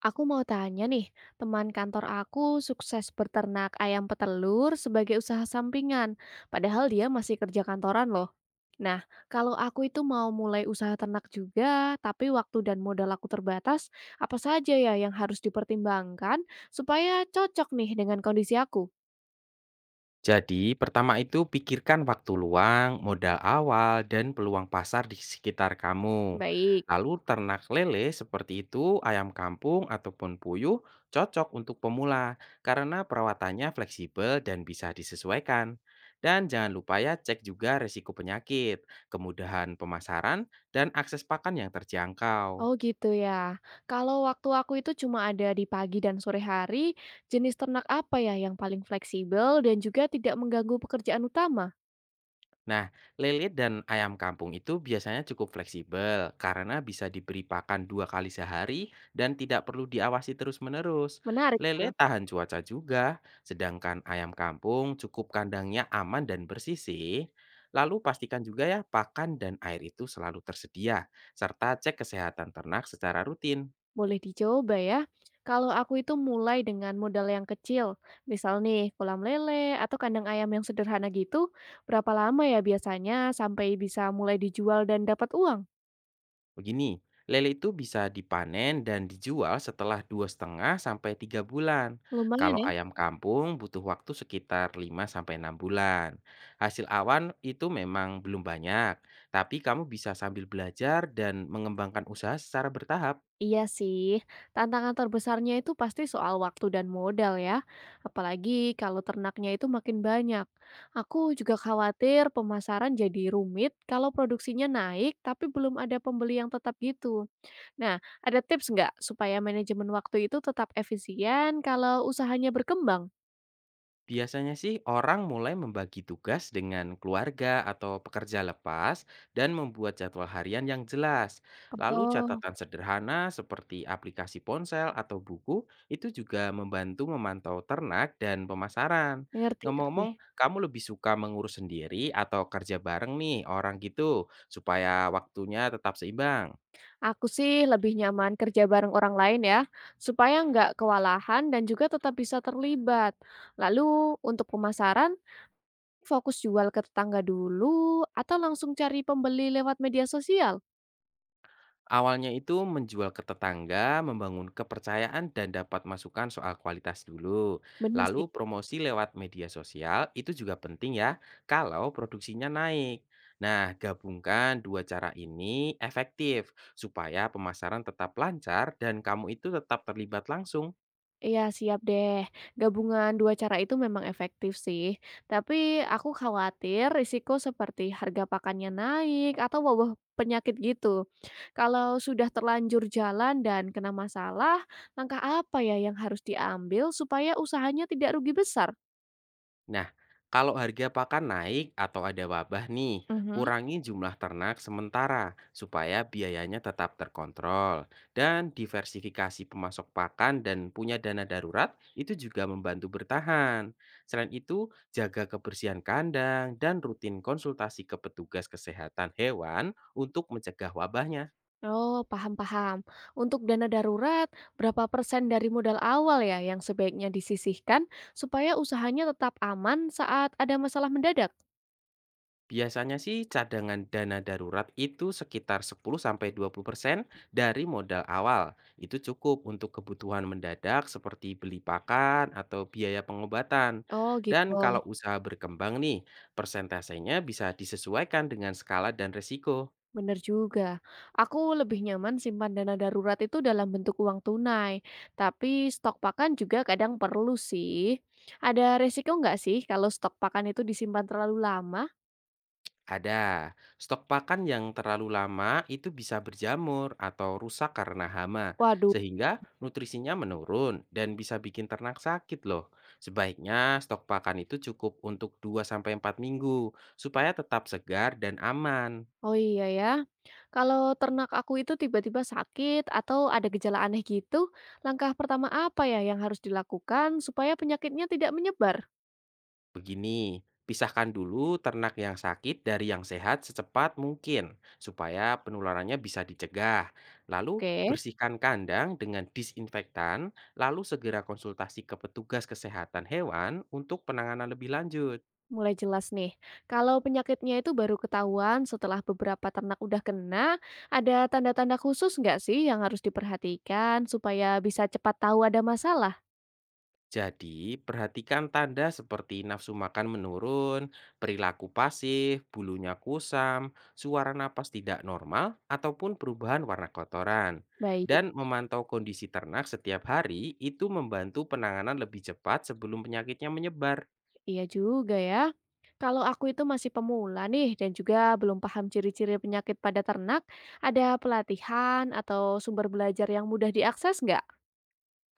Aku mau tanya nih, teman kantor aku sukses beternak ayam petelur sebagai usaha sampingan, padahal dia masih kerja kantoran loh. Nah, kalau aku itu mau mulai usaha ternak juga, tapi waktu dan modal aku terbatas, apa saja ya yang harus dipertimbangkan supaya cocok nih dengan kondisi aku? Jadi, pertama itu pikirkan waktu luang, modal awal, dan peluang pasar di sekitar kamu. Baik. Lalu ternak lele seperti itu, ayam kampung ataupun puyuh cocok untuk pemula karena perawatannya fleksibel dan bisa disesuaikan. Dan jangan lupa ya cek juga risiko penyakit, kemudahan pemasaran, dan akses pakan yang terjangkau. Oh gitu ya. Kalau waktu aku itu cuma ada di pagi dan sore hari, jenis ternak apa ya yang paling fleksibel dan juga tidak mengganggu pekerjaan utama? Nah, lele dan ayam kampung itu biasanya cukup fleksibel karena bisa diberi pakan dua kali sehari dan tidak perlu diawasi terus-menerus. Menarik tuh, Lele tahan cuaca juga, sedangkan ayam kampung cukup kandangnya aman dan bersih sih. Lalu pastikan juga ya pakan dan air itu selalu tersedia, serta cek kesehatan ternak secara rutin. boleh dicoba ya. Kalau aku itu mulai dengan modal yang kecil, misal nih kolam lele atau kandang ayam yang sederhana gitu, berapa lama ya biasanya sampai bisa mulai dijual dan dapat uang? Begini, lele itu bisa dipanen dan dijual setelah dua setengah sampai 3 bulan. Lumayan Kalau ya. ayam kampung butuh waktu sekitar 5 sampai 6 bulan. Hasil awan itu memang belum banyak, tapi kamu bisa sambil belajar dan mengembangkan usaha secara bertahap. Iya sih, tantangan terbesarnya itu pasti soal waktu dan modal ya. Apalagi kalau ternaknya itu makin banyak. Aku juga khawatir pemasaran jadi rumit kalau produksinya naik tapi belum ada pembeli yang tetap gitu. Nah, ada tips nggak supaya manajemen waktu itu tetap efisien kalau usahanya berkembang? Biasanya sih orang mulai membagi tugas dengan keluarga atau pekerja lepas dan membuat jadwal harian yang jelas. Lalu Oh, catatan sederhana seperti aplikasi ponsel atau buku itu juga membantu memantau ternak dan pemasaran. ngerti ngerti. Ngomong-ngomong, kamu lebih suka mengurus sendiri atau kerja bareng nih orang gitu supaya waktunya tetap seimbang? Aku sih lebih nyaman kerja bareng orang lain ya, supaya nggak kewalahan dan juga tetap bisa terlibat. Lalu untuk pemasaran, fokus jual ke tetangga dulu atau langsung cari pembeli lewat media sosial? Awalnya itu menjual ke tetangga, membangun kepercayaan dan dapat masukan soal kualitas dulu. Bener sih. Lalu promosi lewat media sosial itu juga penting ya kalau produksinya naik. Nah, gabungkan dua cara ini efektif supaya pemasaran tetap lancar dan kamu itu tetap terlibat langsung. Iya siap deh. Gabungan dua cara itu memang efektif sih. Tapi aku khawatir risiko seperti harga pakannya naik atau wabah penyakit gitu. Kalau sudah terlanjur jalan dan kena masalah, langkah apa ya yang harus diambil supaya usahanya tidak rugi besar? Nah, kalau harga pakan naik atau ada wabah nih, Mhm. kurangi jumlah ternak sementara supaya biayanya tetap terkontrol. Dan diversifikasi pemasok pakan dan punya dana darurat itu juga membantu bertahan. Selain itu, jaga kebersihan kandang dan rutin konsultasi ke petugas kesehatan hewan untuk mencegah wabahnya. Oh, paham-paham. Untuk dana darurat, berapa persen dari modal awal ya yang sebaiknya disisihkan supaya usahanya tetap aman saat ada masalah mendadak? Biasanya sih cadangan dana darurat itu sekitar 10-20% dari modal awal. Itu cukup untuk kebutuhan mendadak seperti beli pakan atau biaya pengobatan. Oh, Dan gitu. kalau usaha berkembang nih, persentasenya bisa disesuaikan dengan skala dan resiko. Bener juga. Aku lebih nyaman simpan dana darurat itu dalam bentuk uang tunai, tapi stok pakan juga kadang perlu sih. Ada resiko nggak sih kalau stok pakan itu disimpan terlalu lama? Ada. Stok pakan yang terlalu lama itu bisa berjamur atau rusak karena hama, Waduh, sehingga nutrisinya menurun dan bisa bikin ternak sakit loh. Sebaiknya stok pakan itu cukup untuk dua sampai empat minggu, supaya tetap segar dan aman. oh iya ya. Kalau ternak aku itu tiba-tiba sakit atau ada gejala aneh gitu, langkah pertama apa ya yang harus dilakukan supaya penyakitnya tidak menyebar? Begini, pisahkan dulu ternak yang sakit dari yang sehat secepat mungkin supaya penularannya bisa dicegah. Lalu Oke. bersihkan kandang dengan disinfektan, lalu segera konsultasi ke petugas kesehatan hewan untuk penanganan lebih lanjut. Mulai jelas nih. Kalau penyakitnya itu baru ketahuan setelah beberapa ternak udah kena, ada tanda-tanda khusus nggak sih yang harus diperhatikan supaya bisa cepat tahu ada masalah? Jadi, perhatikan tanda seperti nafsu makan menurun, perilaku pasif, bulunya kusam, suara napas tidak normal, ataupun perubahan warna kotoran. Baik, Dan memantau kondisi ternak setiap hari itu membantu penanganan lebih cepat sebelum penyakitnya menyebar. iya juga ya. Kalau aku itu masih pemula nih dan juga belum paham ciri-ciri penyakit pada ternak, ada pelatihan atau sumber belajar yang mudah diakses nggak?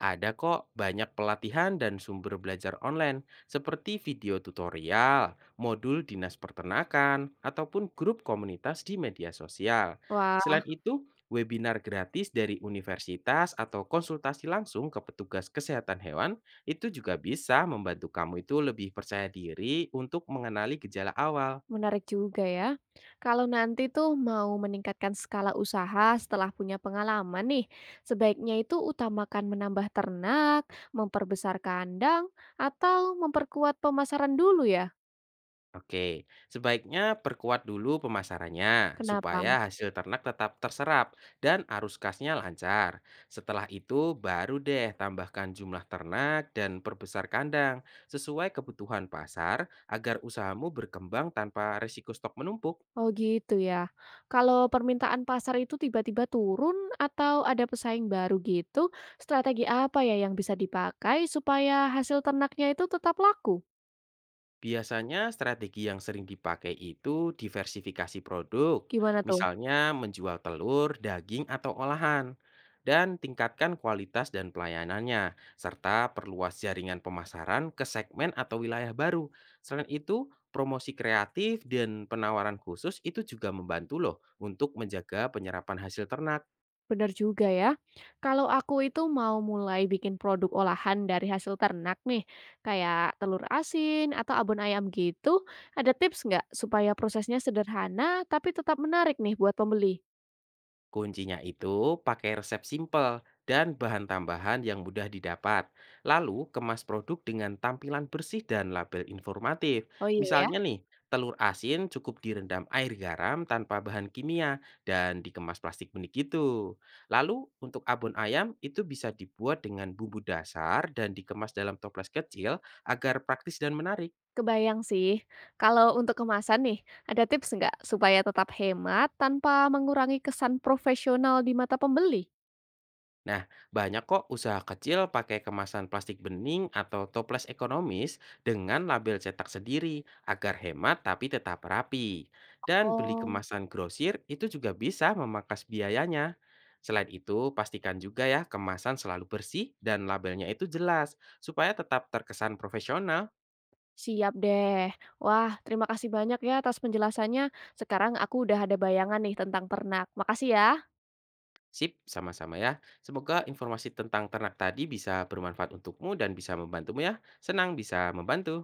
Ada kok banyak pelatihan dan sumber belajar online seperti video tutorial, modul dinas peternakan, ataupun grup komunitas di media sosial. Wah, Selain itu, webinar gratis dari universitas atau konsultasi langsung ke petugas kesehatan hewan itu juga bisa membantu kamu itu lebih percaya diri untuk mengenali gejala awal. menarik juga ya. Kalau nanti tuh mau meningkatkan skala usaha setelah punya pengalaman nih, sebaiknya itu utamakan menambah ternak, memperbesar kandang, atau memperkuat pemasaran dulu ya. Oke, sebaiknya perkuat dulu pemasarannya Kenapa? supaya hasil ternak tetap terserap dan arus kasnya lancar. Setelah itu baru deh tambahkan jumlah ternak dan perbesar kandang sesuai kebutuhan pasar agar usahamu berkembang tanpa risiko stok menumpuk. Oh gitu ya. Kalau permintaan pasar itu tiba-tiba turun atau ada pesaing baru gitu, strategi apa ya yang bisa dipakai supaya hasil ternaknya itu tetap laku? Biasanya strategi yang sering dipakai itu diversifikasi produk, Gimana tuh? misalnya menjual telur, daging, atau olahan, dan tingkatkan kualitas dan pelayanannya, serta perluas jaringan pemasaran ke segmen atau wilayah baru. Selain itu, promosi kreatif dan penawaran khusus itu juga membantu loh untuk menjaga penyerapan hasil ternak. Bener juga ya. Kalau aku itu mau mulai bikin produk olahan dari hasil ternak nih, kayak telur asin atau abon ayam gitu, ada tips nggak supaya prosesnya sederhana tapi tetap menarik nih buat pembeli? Kuncinya itu pakai resep simpel dan bahan tambahan yang mudah didapat. Lalu kemas produk dengan tampilan bersih dan label informatif. Oh iya ya, Misalnya nih, telur asin cukup direndam air garam tanpa bahan kimia dan dikemas plastik benih gitu. Lalu untuk abon ayam itu bisa dibuat dengan bumbu dasar dan dikemas dalam toples kecil agar praktis dan menarik. kebayang sih. Kalau untuk kemasan nih, ada tips nggak supaya tetap hemat tanpa mengurangi kesan profesional di mata pembeli? Nah, banyak kok usaha kecil pakai kemasan plastik bening atau toples ekonomis dengan label cetak sendiri agar hemat tapi tetap rapi. Dan beli Oh. kemasan grosir itu juga bisa memangkas biayanya. Selain itu, pastikan juga ya kemasan selalu bersih dan labelnya itu jelas supaya tetap terkesan profesional. Siap deh. Wah, terima kasih banyak ya atas penjelasannya. Sekarang aku udah ada bayangan nih tentang ternak. Makasih ya. Sip, sama-sama ya. Semoga informasi tentang ternak tadi bisa bermanfaat untukmu dan bisa membantumu ya. Senang bisa membantu.